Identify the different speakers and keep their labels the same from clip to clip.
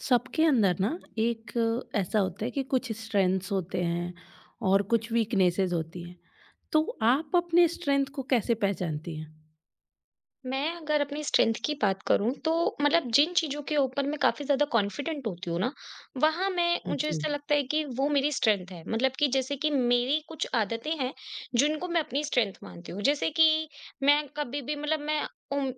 Speaker 1: सबके अंदर ना एक ऐसा होता है कि कुछ स्ट्रेंथ्स होते हैं और कुछ वीकनेसेस होती हैं। तो आप अपने स्ट्रेंथ को कैसे पहचानती हैं?
Speaker 2: मैं अगर अपनी स्ट्रेंथ की बात करूँ तो मतलब जिन चीज़ों के ऊपर मैं काफ़ी ज़्यादा कॉन्फिडेंट होती हूँ ना, वहाँ मैं
Speaker 1: हाँ
Speaker 2: मुझे
Speaker 1: जी।
Speaker 2: ऐसा लगता है कि वो मेरी स्ट्रेंथ है। मतलब कि जैसे कि मेरी कुछ आदतें हैं, जिनको मैं अपनी स्ट्रेंथ मानती हूँ। जैसे कि मैं कभी भी मतलब मैं उम,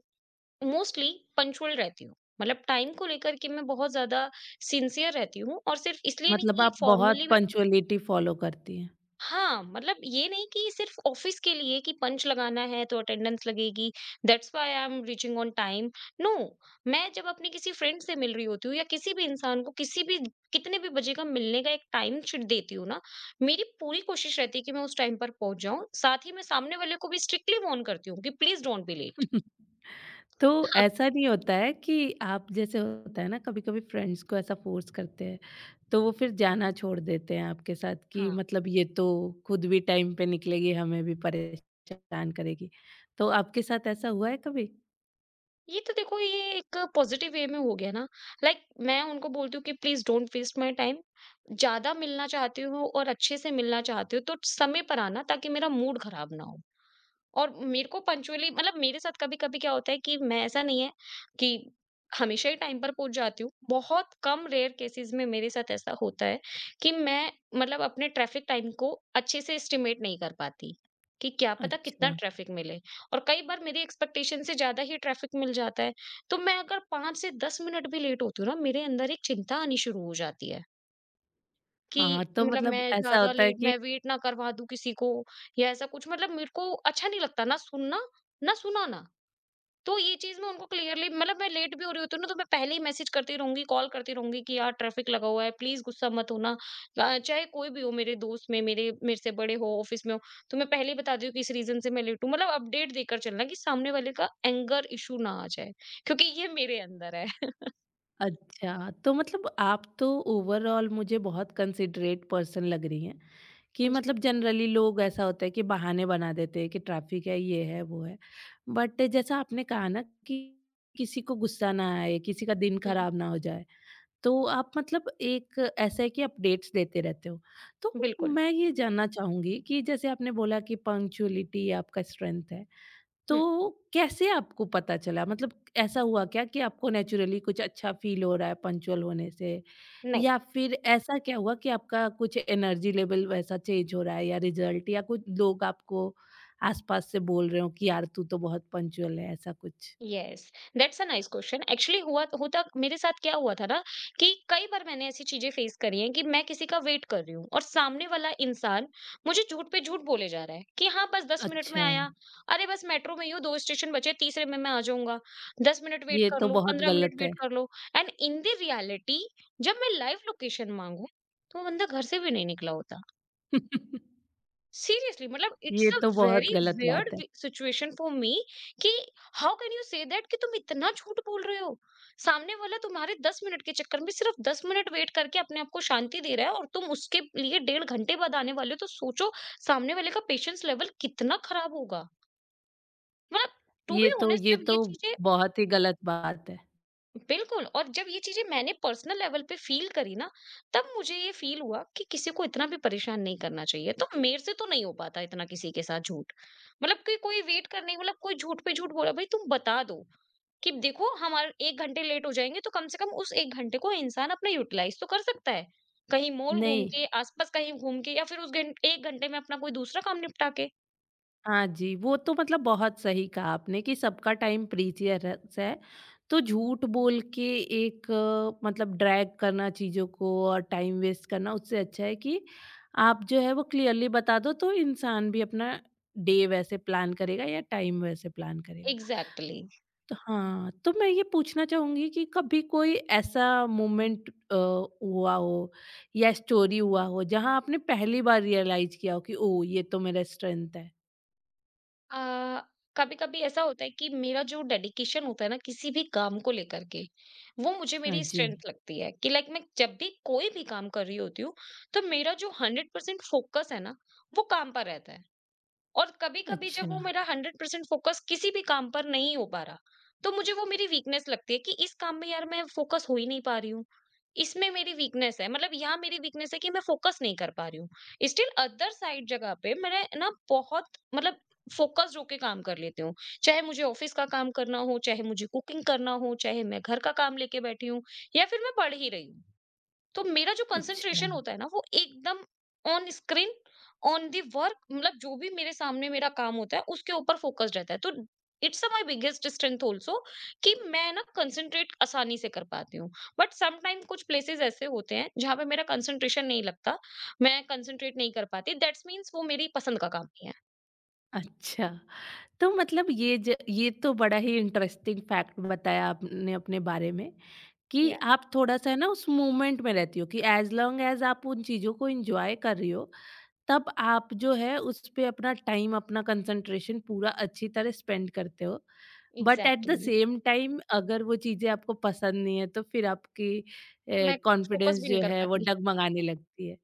Speaker 2: मोस्टली पंक्चुअल रहती हूँ। मतलब टाइम को लेकर के मैं बहुत ज़्यादा सिंसियर रहती हूँ, और सिर्फ़ इसलिए नहीं
Speaker 1: मतलब
Speaker 2: कि ये
Speaker 1: आप
Speaker 2: फॉर्मली,
Speaker 1: बहुत पंक्चुअलिटी फ़ॉलो करती हैं।
Speaker 2: हाँ, मतलब ये नहीं कि सिर्फ़ ऑफ़िस के लिए कि पंच लगाना है तो अटेंडेंस लगेगी, that's why I am reaching on time, no. मैं जब अपने किसी फ्रेंड से मिल रही होती हूँ या किसी भी इंसान को किसी भी कितने भी बजे का मिलने का एक टाइम शीट देती हूँ ना, मेरी पूरी कोशिश रहती है कि मैं उस टाइम पर पहुँच जाऊँ। साथ ही मैं सामने वाले को भी स्ट्रिक्टली वार्न करती हूँ कि प्लीज़ डोंट बी लेट।
Speaker 1: तो ऐसा नहीं होता है कि आप जैसे होता है ना कभी-कभी फ्रेंड्स को ऐसा फ़ोर्स करते हैं, तो वो फिर जाना छोड़ देते हैं आपके साथ कि
Speaker 2: हाँ।
Speaker 1: मतलब ये तो खुद भी टाइम पे निकलेगी, हमें भी परेशान करेगी। तो आपके साथ ऐसा हुआ है कभी?
Speaker 2: ये तो देखो, ये एक पॉजिटिव वे में हो गया ना, like, मैं उनको बोलती हूँ कि please don't waste my time. ज्यादा मिलना चाहती हो और अच्छे से मिलना चाहती हो तो समय पर आना, ताकि मेरा मूड खराब ना हो। और मेरे को पंक्चुअली मतलब मेरे साथ कभी-कभी क्या होता है कि मैं, ऐसा नहीं है कि हमेशा ही टाइम पर पहुँच जाती हूँ। बहुत कम रेयर केसेज़ में मेरे साथ ऐसा होता है कि मैं मतलब अपने ट्रैफ़िक टाइम को अच्छे से एस्टिमेट नहीं कर पाती, कि क्या पता कितना
Speaker 1: अच्छा।
Speaker 2: ट्रैफ़िक मिले, और कई बार मेरी एक्सपेक्टेशन से ज़्यादा ही ट्रैफ़िक मिल जाता है। तो मैं अगर 5 से 10 मिनट भी लेट होती हूँ ना, मेरे अंदर एक चिंता आनी शुरू हो जाती है कि
Speaker 1: हाँ, तो
Speaker 2: मतलब मैं
Speaker 1: मतलब ऐसा
Speaker 2: ज़्यादा
Speaker 1: होता है
Speaker 2: लेट,
Speaker 1: कि।
Speaker 2: मैं वेट ना करवा दूँ किसी को, या ऐसा कुछ। मतलब मेरे को अच्छा नहीं लगता ना सुनना, ना सुनाना। तो ये चीज़ मैं उनको क्लियरली, मतलब मैं लेट भी हो रही होती हूँ ना, तो मैं पहले ही मैसेज करती रहूँगी, कॉल करती रहूँगी कि यार ट्रैफिक लगा हुआ है, प्लीज़ गुस्सा मत होना। चाहे कोई भी हो, मेरे दोस्त में, मेरे मेरे से बड़े हो, ऑफिस में हो, तो मैं पहले ही बता देती हूँ कि इस रीज़न से मैं लेट हूँ। मतलब अपडेट देकर चलना कि सामने वाले का एंगर इश्यू ना आ जाए, क्योंकि ये मेरे अंदर है।
Speaker 1: अच्छा, तो मतलब आप तो ओवरऑल मुझे बहुत कंसिडरेट पर्सन लग रही हैं, कि
Speaker 2: जी।
Speaker 1: मतलब जनरली लोग ऐसा होता है कि बहाने बना देते हैं कि ट्रैफिक है, ये है, वो है। बट जैसा आपने कहा ना कि किसी को गुस्सा ना आए, किसी का दिन
Speaker 2: हुँ,
Speaker 1: खराब ना हो जाए, तो आप मतलब एक ऐसा है कि अपडेट्स देते रहते हो। तो
Speaker 2: बिल्कुल।
Speaker 1: मैं ये जानना चाहूँगी कि जैसे आपने बोला कि पंक्चुअलिटी आपका स्ट्रेंथ है।
Speaker 2: हुँ,
Speaker 1: तो कैसे आपको पता चला मतलब ऐसा हुआ क्या कि आपको नेचुरली कुछ अच्छा फील हो रहा है पंचुअल होने से,
Speaker 2: नहीं।
Speaker 1: या फिर ऐसा क्या हुआ कि आपका कुछ एनर्जी लेवल वैसा चेंज हो रहा है या रिजल्ट या कुछ लोग आपको आसपास से बोल रहे हो कि यार तू तो बहुत पंचुअल है ऐसा कुछ।
Speaker 2: Yes, that's a nice question. Actually हुआ होता मेरे साथ, क्या हुआ था ना, कि कई बार मैंने ऐसी चीजें फेस करी हैं कि मैं किसी का वेट कर रही हूँ और सामने वाला इंसान मुझे झूठ पे झूठ बोले जा रहा है कि हाँ बस 10 मिनट में
Speaker 1: अच्छा।
Speaker 2: आया, अरे बस मेट्रो में ही हूँ, दो स्टेशन बचे, तीसरे में मैं आ जाऊंगा, दस मिनट वेट
Speaker 1: ये
Speaker 2: कर
Speaker 1: तो
Speaker 2: लो,
Speaker 1: बहुत
Speaker 2: 15 मिनट
Speaker 1: गलत है।
Speaker 2: वेट कर लो। एंड इन द रियलिटी जब मैं लाइव लोकेशन मांगू, तो वो बंदा घर से भी नहीं निकला होता। सीरियसली, मतलब इट्स
Speaker 1: ये
Speaker 2: अ
Speaker 1: तो बहुत
Speaker 2: वेरी
Speaker 1: गलत बात
Speaker 2: वियर्ड
Speaker 1: है।
Speaker 2: सिचुएशन फॉर मी कि how can you say that, कि तुम इतना झूठ बोल रहे हो। सामने वाला तुम्हारे 10 मिनट के चक्कर में सिर्फ 10 मिनट वेट करके अपने आप को शांति दे रहा है, और तुम उसके लिए 1.5 घंटे बाद आने वाले हो, तो सोचो सामने वाले का पेशेंस लेवल कितना खराब होगा। मतलब टू
Speaker 1: ये
Speaker 2: बी
Speaker 1: तो
Speaker 2: ऑनेस्ट
Speaker 1: ये
Speaker 2: जब ये
Speaker 1: तो
Speaker 2: चीजें,
Speaker 1: बहुत ही गलत बात है।
Speaker 2: बिल्कुल, और जब ये चीजें मैंने पर्सनल लेवल पे फील करी ना, तब मुझे ये फील हुआ कि किसी को इतना भी परेशान नहीं करना चाहिए। तो मेरे से तो नहीं हो पाता इतना किसी के साथ झूठ। मतलब कि कोई वेट करने, मतलब कोई झूठ पे झूठ बोला, भाई तुम बता दो कि देखो हमारे 1 घंटे लेट हो जाएंगे, तो कम से कम उस 1 घंटे को इंसान अपना यूटिलाइज तो कर सकता है, कहीं मॉल घूम
Speaker 1: नहीं।
Speaker 2: के, आसपास कहीं घूम के, या फिर उस घंटे, 1 घंटे में अपना कोई दूसरा काम निपटा के।
Speaker 1: हाँ जी, वो तो मतलब बहुत सही कहा आपने कि सबका टाइम प्रीशियस है। तो झूठ बोल के एक, मतलब ड्रैग करना चीज़ों को और टाइम वेस्ट करना, उससे अच्छा है कि आप जो है वो क्लियरली बता दो, तो इंसान भी अपना डे वैसे प्लान करेगा या टाइम वैसे प्लान करेगा।
Speaker 2: एग्जैक्टली।
Speaker 1: तो हाँ, तो मैं ये पूछना चाहूँगी कि कभी कोई ऐसा मोमेंट हुआ हो या स्टोरी हुआ हो जहाँ आपने पहली बार रियलाइज़ किया हो कि ओह! ये तो मेरा स्ट्रेंथ है?
Speaker 2: अ, कभी-कभी ऐसा होता है कि मेरा जो डेडिकेशन होता है ना किसी भी काम को लेकर के, वो मुझे
Speaker 1: हाँ
Speaker 2: मेरी
Speaker 1: जी।
Speaker 2: स्ट्रेंथ लगती है। कि लाइक, मैं जब भी कोई भी काम कर रही होती हूँ, तो मेरा जो 100% फ़ोकस है ना, वो काम पर रहता है। और कभी-कभी जब वो
Speaker 1: अच्छा,
Speaker 2: मेरा 100% फोकस किसी भी काम पर नहीं हो पा रहा, तो मुझे वो मेरी वीकनेस लगती है कि इस काम में यार मैं फोकस हो ही नहीं पा रही हूँ। इसमें मेरी वीकनेस है, मतलब यहाँ मेरी वीकनेस है कि मैं फोकस नहीं कर पा रही हूँ। स्टिल अदर साइड, जगह पे मैंने ना बहुत मतलब फोकस्ड होके काम कर लेती हूँ। चाहे मुझे ऑफिस का काम करना हो, चाहे मुझे कुकिंग करना हो, चाहे मैं घर का काम लेके बैठी हूँ, या फिर मैं पढ़ ही रही हूँ। तो मेरा जो
Speaker 1: अच्छा,
Speaker 2: कंसंट्रेशन होता है ना, वो एकदम on screen, on the work, मतलब जो भी मेरे सामने मेरा काम होता है उसके ऊपर फोकस्ड रहता है। तो it's my biggest strength also कि मैं ना कंसंट्रेट आसानी से कर पाती हूँ। बट समटाइम कुछ प्लेसेस ऐसे होते हैं जहाँ पे मेरा कंसंट्रेशन नहीं लगता, मैं कंसंट्रेट नहीं कर पाती, दैट्स मीन्स वो मेरी पसंद का काम नहीं है।
Speaker 1: अच्छा। तो मतलब ये तो बड़ा ही इंटरेस्टिंग फैक्ट बताया आपने अपने बारे में, कि
Speaker 2: या
Speaker 1: आप थोड़ा-सा ना उस मूवमेंट में रहती हो कि एज़ लॉन्ग एज़ आप उन चीज़ों को एन्जॉय कर रही हो, तब आप जो है उस पे अपना टाइम, अपना कंसंट्रेशन पूरा अच्छी तरह स्पेंड करते हो। But at the
Speaker 2: exactly,
Speaker 1: same time अगर वो चीज़ें आपको पसंद नहीं है तो फिर आपकी
Speaker 2: मैं फोकस
Speaker 1: कॉन्फिडेंस
Speaker 2: भी नहीं
Speaker 1: जो
Speaker 2: कर
Speaker 1: है वो
Speaker 2: पाती।
Speaker 1: डगमगाने लगती है।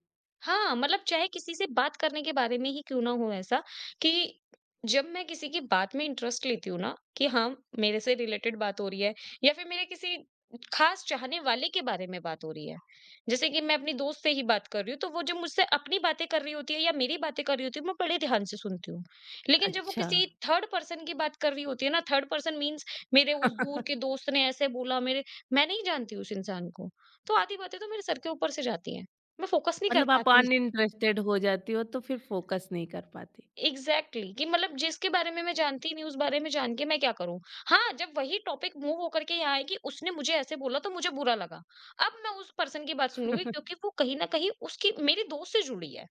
Speaker 2: हाँ, मतलब चाहे किसी से बात करने के बारे में ही क्यों ना हो। ऐसा कि जब मैं किसी की बात में इंटरेस्ट लेती हूँ ना, कि हाँ, मेरे से रिलेटेड बात हो रही है, या फिर मेरे किसी खास चाहने वाले के बारे में बात हो रही है। जैसे कि मैं अपनी दोस्त से ही बात कर रही हूँ, तो वो जब मुझसे अपनी बातें कर रही होती है या मेरी बातें कर रही होती है, मैं बड़े ध्यान से सुनती हूँ। लेकिन जब वो
Speaker 1: अच्छा।
Speaker 2: किसी थर्ड पर्सन की बात कर रही होती है ना, थर्ड पर्सन मीन्स मेरे उस दूर के दोस्त ने ऐसे बोला, मेरे मैं नहीं जानती उस इंसान को, तो आधी बातें तो मेरे सर के ऊपर से जाती हैं। मैं फ़ोकस नहीं कर
Speaker 1: मतलब आप
Speaker 2: पाती।
Speaker 1: अनइंटरेस्टेड हो जाती हो तो फिर फ़ोकस नहीं कर पाती।
Speaker 2: एग्ज़ैक्टली, कि मतलब जिसके बारे में मैं जानती ही नहीं, उस बारे में जान के मैं क्या करूँ? हाँ, जब वही टॉपिक मूव होकर के यहाँ आए कि उसने मुझे ऐसे बोला तो मुझे बुरा लगा, अब मैं उस पर्सन की बात सुन लूँगी, क्योंकि वो कहीं न कहीं उसकी, मेरी दोस्त से जुड़ी है।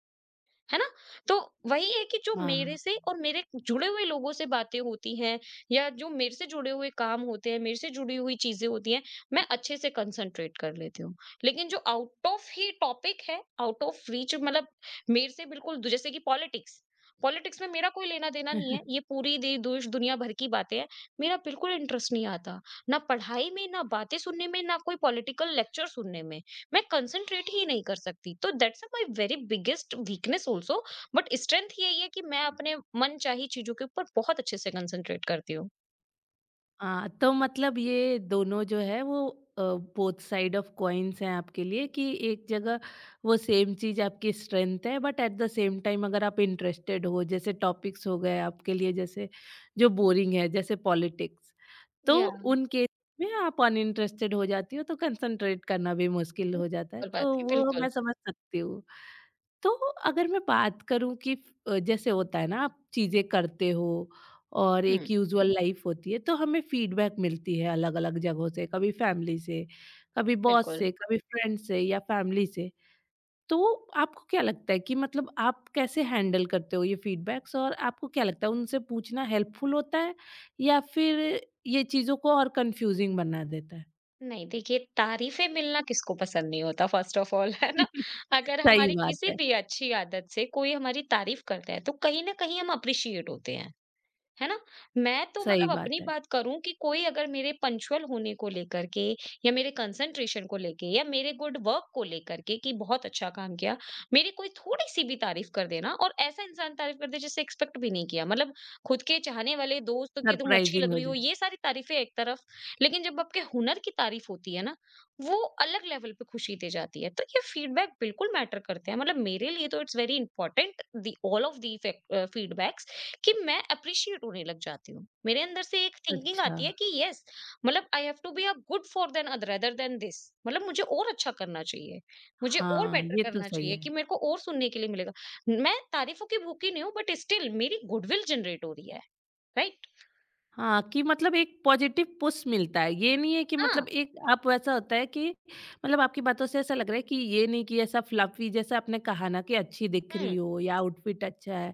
Speaker 2: है ना? तो वही है कि जो मेरे
Speaker 1: हाँ।
Speaker 2: से और मेरे जुड़े हुए लोगों से बातें होती हैं, या जो मेरे से जुड़े हुए काम होते हैं, मेरे से जुड़ी हुई चीज़ें होती हैं, मैं अच्छे से कंसंट्रेट कर लेती हूँ। लेकिन जो आउट ऑफ ही टॉपिक है, आउट ऑफ रीच, मतलब मेरे से बिल्कुल द, जैसे कि पॉलिटिक्स, पॉलिटिक्स में मेरा कोई लेना-देना नहीं है। ये पूरी दे देश दुनिया भर की बातें हैं। मेरा बिल्कुल इंटरेस्ट नहीं आता, ना पढ़ाई में, ना बातें सुनने में, ना कोई पॉलिटिकल लेक्चर सुनने में। मैं कंसंट्रेट ही नहीं कर सकती, तो that's my very biggest weakness also. But strength यही है कि मैं अपने मनचाही चीजों के ऊपर बहुत अच्छे से कंसंट्रेट करती हूँ
Speaker 1: हाँ, तो मतलब ये दोनों जो है वो बोथ साइड ऑफ कॉइन्स हैं आपके लिए, कि एक जगह वो सेम चीज़ आपकी स्ट्रेंथ है, but at the same time अगर आप इंटरेस्टेड हो, जैसे टॉपिक्स हो गए आपके लिए, जैसे जो बोरिंग है जैसे पॉलिटिक्स, तो
Speaker 2: या
Speaker 1: उन केस में आप अनइंटरेस्टेड हो जाती हो तो कंसंट्रेट करना भी मुश्किल हो जाता है।
Speaker 2: कर
Speaker 1: तो
Speaker 2: पाती हूँ,
Speaker 1: वो मैं
Speaker 2: बिल्कुल।
Speaker 1: समझ सकती हूँ। तो अगर मैं बात करूं कि जैसे होता है ना, आप चीजें करते हो और
Speaker 2: हम्म।
Speaker 1: एक यूजुअल लाइफ होती है, तो हमें फीडबैक मिलती है अलग अलग जगहों से, कभी फैमिली से, कभी बॉस
Speaker 2: बिल्कुल।
Speaker 1: से, कभी फ्रेंड से या फैमिली से, तो आपको क्या लगता है कि मतलब आप कैसे हैंडल करते हो ये फीडबैक्स, और आपको क्या लगता है उनसे पूछना हेल्पफुल होता है या फिर ये चीजों को और कंफ्यूजिंग बना देता है?
Speaker 2: नहीं, देखिए, तारीफें मिलना किसको पसंद नहीं होता, फर्स्ट ऑफ ऑल। है ना? अगर
Speaker 1: सही
Speaker 2: हमारी
Speaker 1: बात
Speaker 2: किसी
Speaker 1: है।
Speaker 2: भी अच्छी आदत से कोई हमारी तारीफ करता है, तो कहीं ना कहीं हम अप्रिशिएट होते हैं। है ना? मैं तो
Speaker 1: सही
Speaker 2: मतलब
Speaker 1: बात
Speaker 2: अपनी
Speaker 1: है।
Speaker 2: बात करूँ, कि कोई अगर मेरे पंक्चुअल होने को लेकर के, या मेरे कंसंट्रेशन को लेके, या मेरे गुड वर्क को लेकर के, कि बहुत अच्छा काम किया, मेरी कोई थोड़ी-सी भी तारीफ़ कर देना, और ऐसा इंसान तारीफ़ कर दे जिसे एक्सपेक्ट भी नहीं किया। मतलब खुद के चाहने वाले दोस्त कि तुम अच्छी
Speaker 1: सरप्राइजिंग
Speaker 2: लग
Speaker 1: हो
Speaker 2: रही हो,
Speaker 1: जाए।
Speaker 2: ये सारी तारीफ़ें एक तरफ, लेकिन जब आपके हुनर की तारीफ़ होती है ना, वो अलग लेवल पे खुशी दे जाती है। तो ये फीडबैक बिल्कुल मैटर करते हैं। मतलब मेरे लिए तो it's very important, the all of the feedbacks, कि मैं अप्रिशिएट होने लग जाती हूँ। मेरे अंदर से एक थिंकिंग
Speaker 1: अच्छा।
Speaker 2: आती है कि यस, मतलब I have to be a good for then other than this, मतलब मुझे और अच्छा करना चाहिए, मुझे और
Speaker 1: हाँ,
Speaker 2: बेटर
Speaker 1: ये तो
Speaker 2: करना
Speaker 1: सही
Speaker 2: चाहिए,
Speaker 1: है।
Speaker 2: कि मेरे को और सुनने के लिए मिलेगा। मैं तारीफों की भूखी नहीं हूँ, बट स्टिल मेरी गुडविल जनरेट हो रही है, राइट?
Speaker 1: हाँ, कि मतलब एक पॉज़िटिव पुश मिलता है। ये नहीं है कि
Speaker 2: हाँ।
Speaker 1: मतलब एक आप वैसा होता है कि, मतलब आपकी बातों से ऐसा लग रहा है कि ये नहीं कि ऐसा फ्लफ़ी जैसा आपने कहा ना कि अच्छी दिख रही
Speaker 2: हुँ,
Speaker 1: हो या आउटफिट अच्छा है।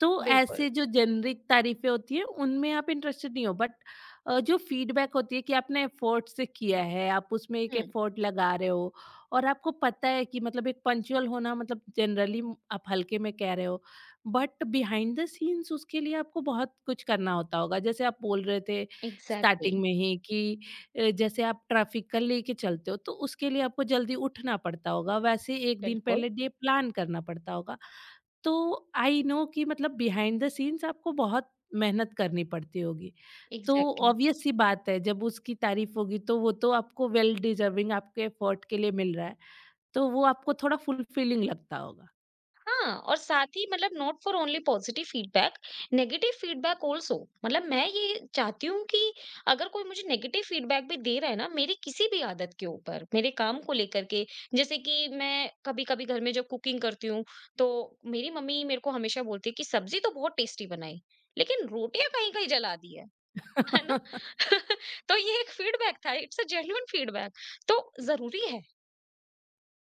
Speaker 1: तो
Speaker 2: बिल्कुल।
Speaker 1: ऐसे जो जेनरिक तारीफ़ें होती हैं उनमें आप इंटरेस्टेड नहीं हो, बट जो फ़ीडबैक होती है कि आपने एफ़र्ट से किया है, आप उसमें एक
Speaker 2: हुँ,
Speaker 1: एफ़र्ट लगा रहे हो, और आपको पता है कि मतलब एक पंक्चुअल होना मतलब जनरली आप हल्के में कह रहे हो, बट बिहाइंड द सीन्स उसके लिए आपको बहुत कुछ करना होता होगा। जैसे आप बोल रहे थे
Speaker 2: एग्ज़ैक्टली,
Speaker 1: स्टार्टिंग में ही कि जैसे आप ट्रैफ़िक का लेके चलते हो, तो उसके लिए आपको जल्दी उठना पड़ता होगा, वैसे 1 दिन
Speaker 2: बिल्कुल,
Speaker 1: पहले डे प्लान करना पड़ता होगा। तो आई नो कि मतलब बिहाइंड द सीन्स आपको बहुत मेहनत करनी पड़ती होगी। तो
Speaker 2: एग्ज़ैक्टली।
Speaker 1: ऑब्वियस सी बात है जब उसकी तारीफ़ होगी, तो वो तो आपको वेल डिज़र्विंग आपके एफर्ट के लिए मिल रहा है, तो वो आपको थोड़ा फुलफिलिंग लगता होगा।
Speaker 2: हाँ, और साथ ही मतलब not for only positive feedback, negative feedback also. मतलब मैं ये चाहती हूँ कि अगर कोई मुझे नेगेटिव फीडबैक भी दे रहा है ना, मेरी किसी भी आदत के ऊपर, मेरे काम को लेकर के, जैसे कि मैं कभी कभी घर में जब कुकिंग करती हूँ, तो मेरी मम्मी मेरे को हमेशा बोलती है कि सब्जी तो बहुत टेस्टी बनाई, लेकिन रोटियां कहीं कहीं जला दी है ना। तो ये एक फीडबैक था, इट्स अ जेन्युइन फीडबैक, तो जरूरी है।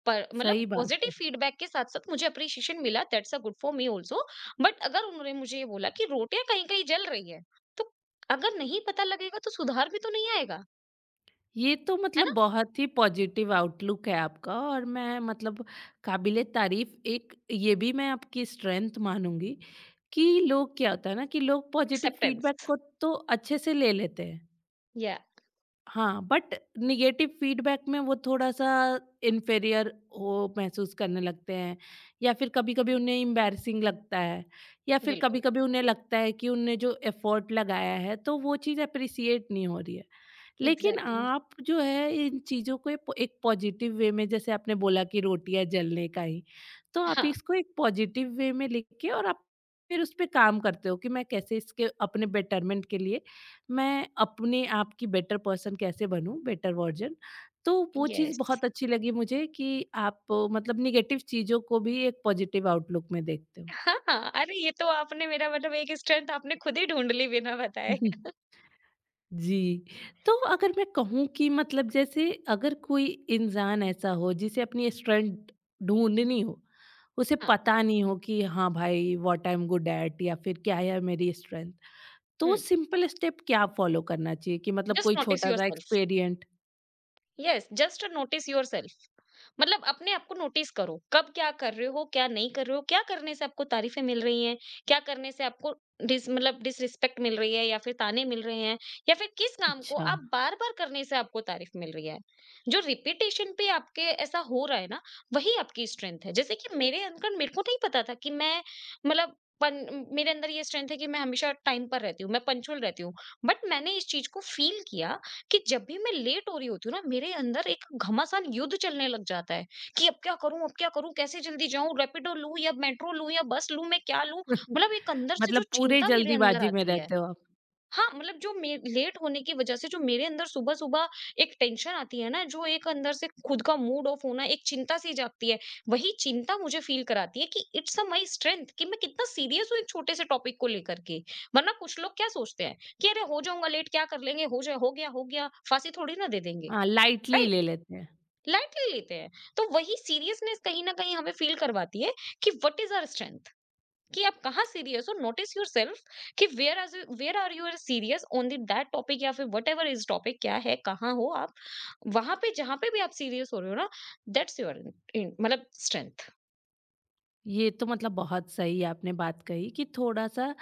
Speaker 2: पर मतलब
Speaker 1: सही बात
Speaker 2: पॉजिटिव
Speaker 1: है।
Speaker 2: फीडबैक के साथ-साथ मुझे एप्रिशिएशन मिला, that's a good for me also, but अगर उन्होंने मुझे ये बोला कि रोटियाँ कहीं-कहीं जल रही है, तो, अगर नहीं पता लगेगा तो सुधार भी तो नहीं आएगा।
Speaker 1: ये तो
Speaker 2: है
Speaker 1: मतलब
Speaker 2: ना?
Speaker 1: बहुत ही पॉजिटिव आउटलुक है आपका, और मैं मतलब काबिले तारीफ़ एक ये भी मैं आपकी स्ट्रेंथ मानूँगी कि लोग क्या होता है ना, कि लोग पॉजिटिव
Speaker 2: एक्सेप्टेंस,
Speaker 1: फीडबैक को तो अच्छे से ले लेते हैं।
Speaker 2: या
Speaker 1: हाँ, बट नेगेटिव फीडबैक में वो थोड़ा-सा इन्फीरियर वो महसूस करने लगते हैं, या फिर कभी-कभी उन्हें एम्बैरसिंग लगता है, या फिर
Speaker 2: बिल्कुल,
Speaker 1: कभी-कभी उन्हें लगता है कि उनने जो एफर्ट लगाया है, तो वो चीज़ एप्रिसिएट नहीं हो रही है। लेकिन
Speaker 2: एग्ज़ैक्टली।
Speaker 1: आप जो है इन चीज़ों को एक एक पॉजिटिव वे में, जैसे आपने बोला कि रोटियाँ जलने का ही, तो
Speaker 2: हाँ,
Speaker 1: आप इसको एक पॉजिटिव वे में लेके, और आप फिर उस पे काम करते हो कि मैं कैसे इसके अपने बेटरमेंट के लिए, मैं अपने आप की बेटर पर्सन कैसे बनूँ, बेटर वर्जन। तो वो चीज़
Speaker 2: यस।
Speaker 1: बहुत अच्छी लगी मुझे कि आप मतलब नेगेटिव चीज़ों को भी एक पॉजिटिव आउटलुक में देखते
Speaker 2: हाँ, हाँ, अरे ये तो आपने मेरा, मतलब एक स्ट्रेंथ आपने खुद ही ढूँढ ली बिना बताए।
Speaker 1: हो। जी। तो अगर मैं कहूँ कि मतलब, जैसे अगर कोई इंसान ऐसा हो जिसे अपनी स्ट्रेंथ ढूँढनी हो, उसे
Speaker 2: हाँ।
Speaker 1: पता नहीं हो कि हाँ भाई what I am good at, या फिर क्या है मेरी स्ट्रेंथ, तो
Speaker 2: हुँ,
Speaker 1: सिंपल स्टेप क्या फ़ॉलो करना चाहिए कि मतलब
Speaker 2: जस्ट
Speaker 1: कोई
Speaker 2: नोटिस
Speaker 1: छोटा-सा
Speaker 2: yourself.
Speaker 1: Experiment?
Speaker 2: Yes, just notice yourself. मतलब अपने आप को नोटिस करो, कब क्या कर रहे हो, क्या नहीं कर रहे हो, क्या करने से आपको तारीफ़ें मिल रही हैं, क्या करने से आपको डिस मतलब डिसरिस्पेक्ट मिल रही है, या फिर ताने मिल रहे हैं, या फिर किस काम को
Speaker 1: अच्छा।
Speaker 2: आप बार-बार करने से आपको तारीफ़ मिल रही है। जो रिपिटेशन पे आपके ऐसा हो रहा है ना, वही आपकी स्ट्रेंथ है। जैसे कि मेरे अंदर, मेरे को नहीं पता था कि मैं, मतलब पन मेरे अंदर ये स्ट्रेंथ है कि मैं हमेशा टाइम पर रहती हूँ, मैं पंक्चुअल रहती हूँ। बट मैंने इस चीज़ को फ़ील किया कि जब भी मैं लेट हो रही होती हूँ ना, मेरे अंदर एक घमासान युद्ध चलने लग जाता है कि अब क्या करूं, अब क्या करूं, कैसे जल्दी जाऊं, रैपिडो लूं या मेट्रो लूं या बस लूं, मैं क्या लूं, मतलब एक अंदर से जो
Speaker 1: मतलब पूरे
Speaker 2: चिंता मेरे अंदर
Speaker 1: जल्दीबाजी में
Speaker 2: आती है।
Speaker 1: रहते हो आप।
Speaker 2: हाँ, मतलब जो मे लेट होने की वजह से जो मेरे अंदर सुबह-सुबह एक टेंशन आती है ना, जो एक अंदर से खुद का मूड ऑफ होना, एक चिंता-सी जागती है, वही चिंता मुझे फ़ील कराती है कि इट्स अ माई स्ट्रेंथ, कि मैं कितना सीरियस हूँ एक छोटे-से टॉपिक को लेकर के। वरना कुछ लोग क्या सोचते हैं कि अरे हो जाऊँगा लेट, क्या कर लेंगे? हो जाए, हो गया, फांसी थोड़ी ना दे देंगे।
Speaker 1: हाँ, लाइटली
Speaker 2: राइट?
Speaker 1: ले लेते हैं।
Speaker 2: लाइटली लेते हैं। तो वही सीरियसनेस कहीं न कहीं हमें फ़ील करवाती है कि व्हाट इज़ आवर स्ट्रेंथ? कि आप कहाँ सीरियस हो, नोटिस योरसेल्फ, कि where are you are serious on the that topic, या फिर व्हाटएवर इज टॉपिक क्या है, कहाँ हो आप। वहां पे जहां पे भी आप सीरियस हो रहे हो ना, दैट्स योर मतलब स्ट्रेंथ।
Speaker 1: ये तो मतलब बहुत सही आपने बात कही कि थोड़ा-सा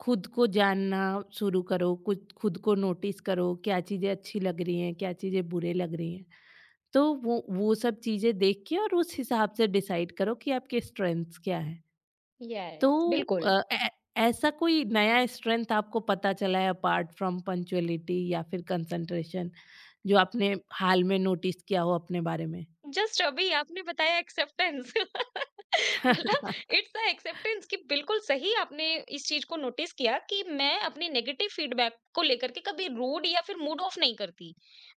Speaker 1: खुद को जानना शुरू करो, कुछ खुद को नोटिस करो, क्या चीज़ें अच्छी लग रही हैं, क्या चीज़ें बुरे लग रही हैं। तो वो सब चीज़ें देख के और उस हिसाब से डिसाइड करो कि आपके स्ट्रेंथ्स क्या हैं।
Speaker 2: यस,
Speaker 1: तो
Speaker 2: बिल्कुल।
Speaker 1: अ, ए ऐसा कोई नया स्ट्रेंथ आपको पता चला है अपार्ट फ्रॉम पंक्चुअलिटी या फिर कंसंट्रेशन, जो आपने हाल में नोटिस किया हो अपने बारे में?
Speaker 2: जस्ट अभी आपने बताया, एक्सेप्टेंस। मतलब इट्स द एक्सेप्टेंस कि बिल्कुल सही आपने इस चीज को नोटिस किया कि मैं अपने नेगेटिव फीडबैक को लेकर के कभी रूड या फिर मूड ऑफ नहीं करती।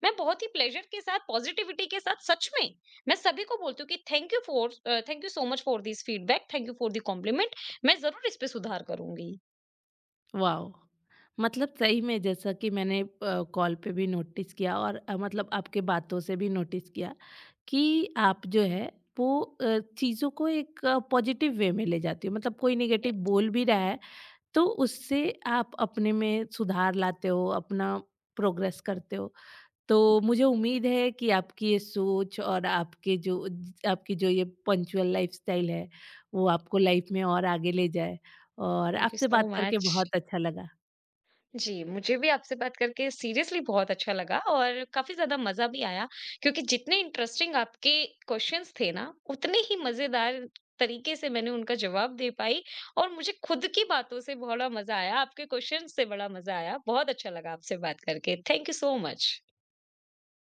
Speaker 2: मैं बहुत ही प्लेजर के साथ, पॉजिटिविटी के साथ, सच में, मैं सभी को बोलती हूँ कि thank you so much for this feedback, thank you for the compliment, मैं जरूर इस पे सुधार करूंगी।
Speaker 1: वाओ! मतलब सही में, जैसा कि मैंने कॉल पे भी नोटिस किया और मतलब आपके बातों से भी नोटिस किया कि आप जो है वो चीज़ों को एक पॉजिटिव वे में ले जाती हो। मतलब कोई नेगेटिव बोल भी रहा है तो उससे आप अपने में सुधार लाते हो, अपना प्रोग्रेस करते हो। तो मुझे उम्मीद है कि आपकी ये सोच और आपके जो आपकी जो ये पंक्चुअल लाइफ़स्टाइल है, वो आपको लाइफ़ में और आगे ले जाए, और
Speaker 2: थैंक यू
Speaker 1: आपसे
Speaker 2: सो
Speaker 1: बात करके
Speaker 2: मच।
Speaker 1: बहुत अच्छा लगा।
Speaker 2: जी, मुझे भी आपसे बात करके सीरियसली बहुत अच्छा लगा, और काफ़ी ज़्यादा मज़ा भी आया, क्योंकि जितने इंटरेस्टिंग आपके क्वेश्चंस थे ना, उतने ही मज़ेदार तरीके से मैंने उनका जवाब दे पाई, और मुझे खुद की बातों से बड़ा मज़ा आया, आपके क्वेश्चंस से बड़ा मज़ा आया। बहुत अच्छा लगा आपसे बात करके। Thank you so much.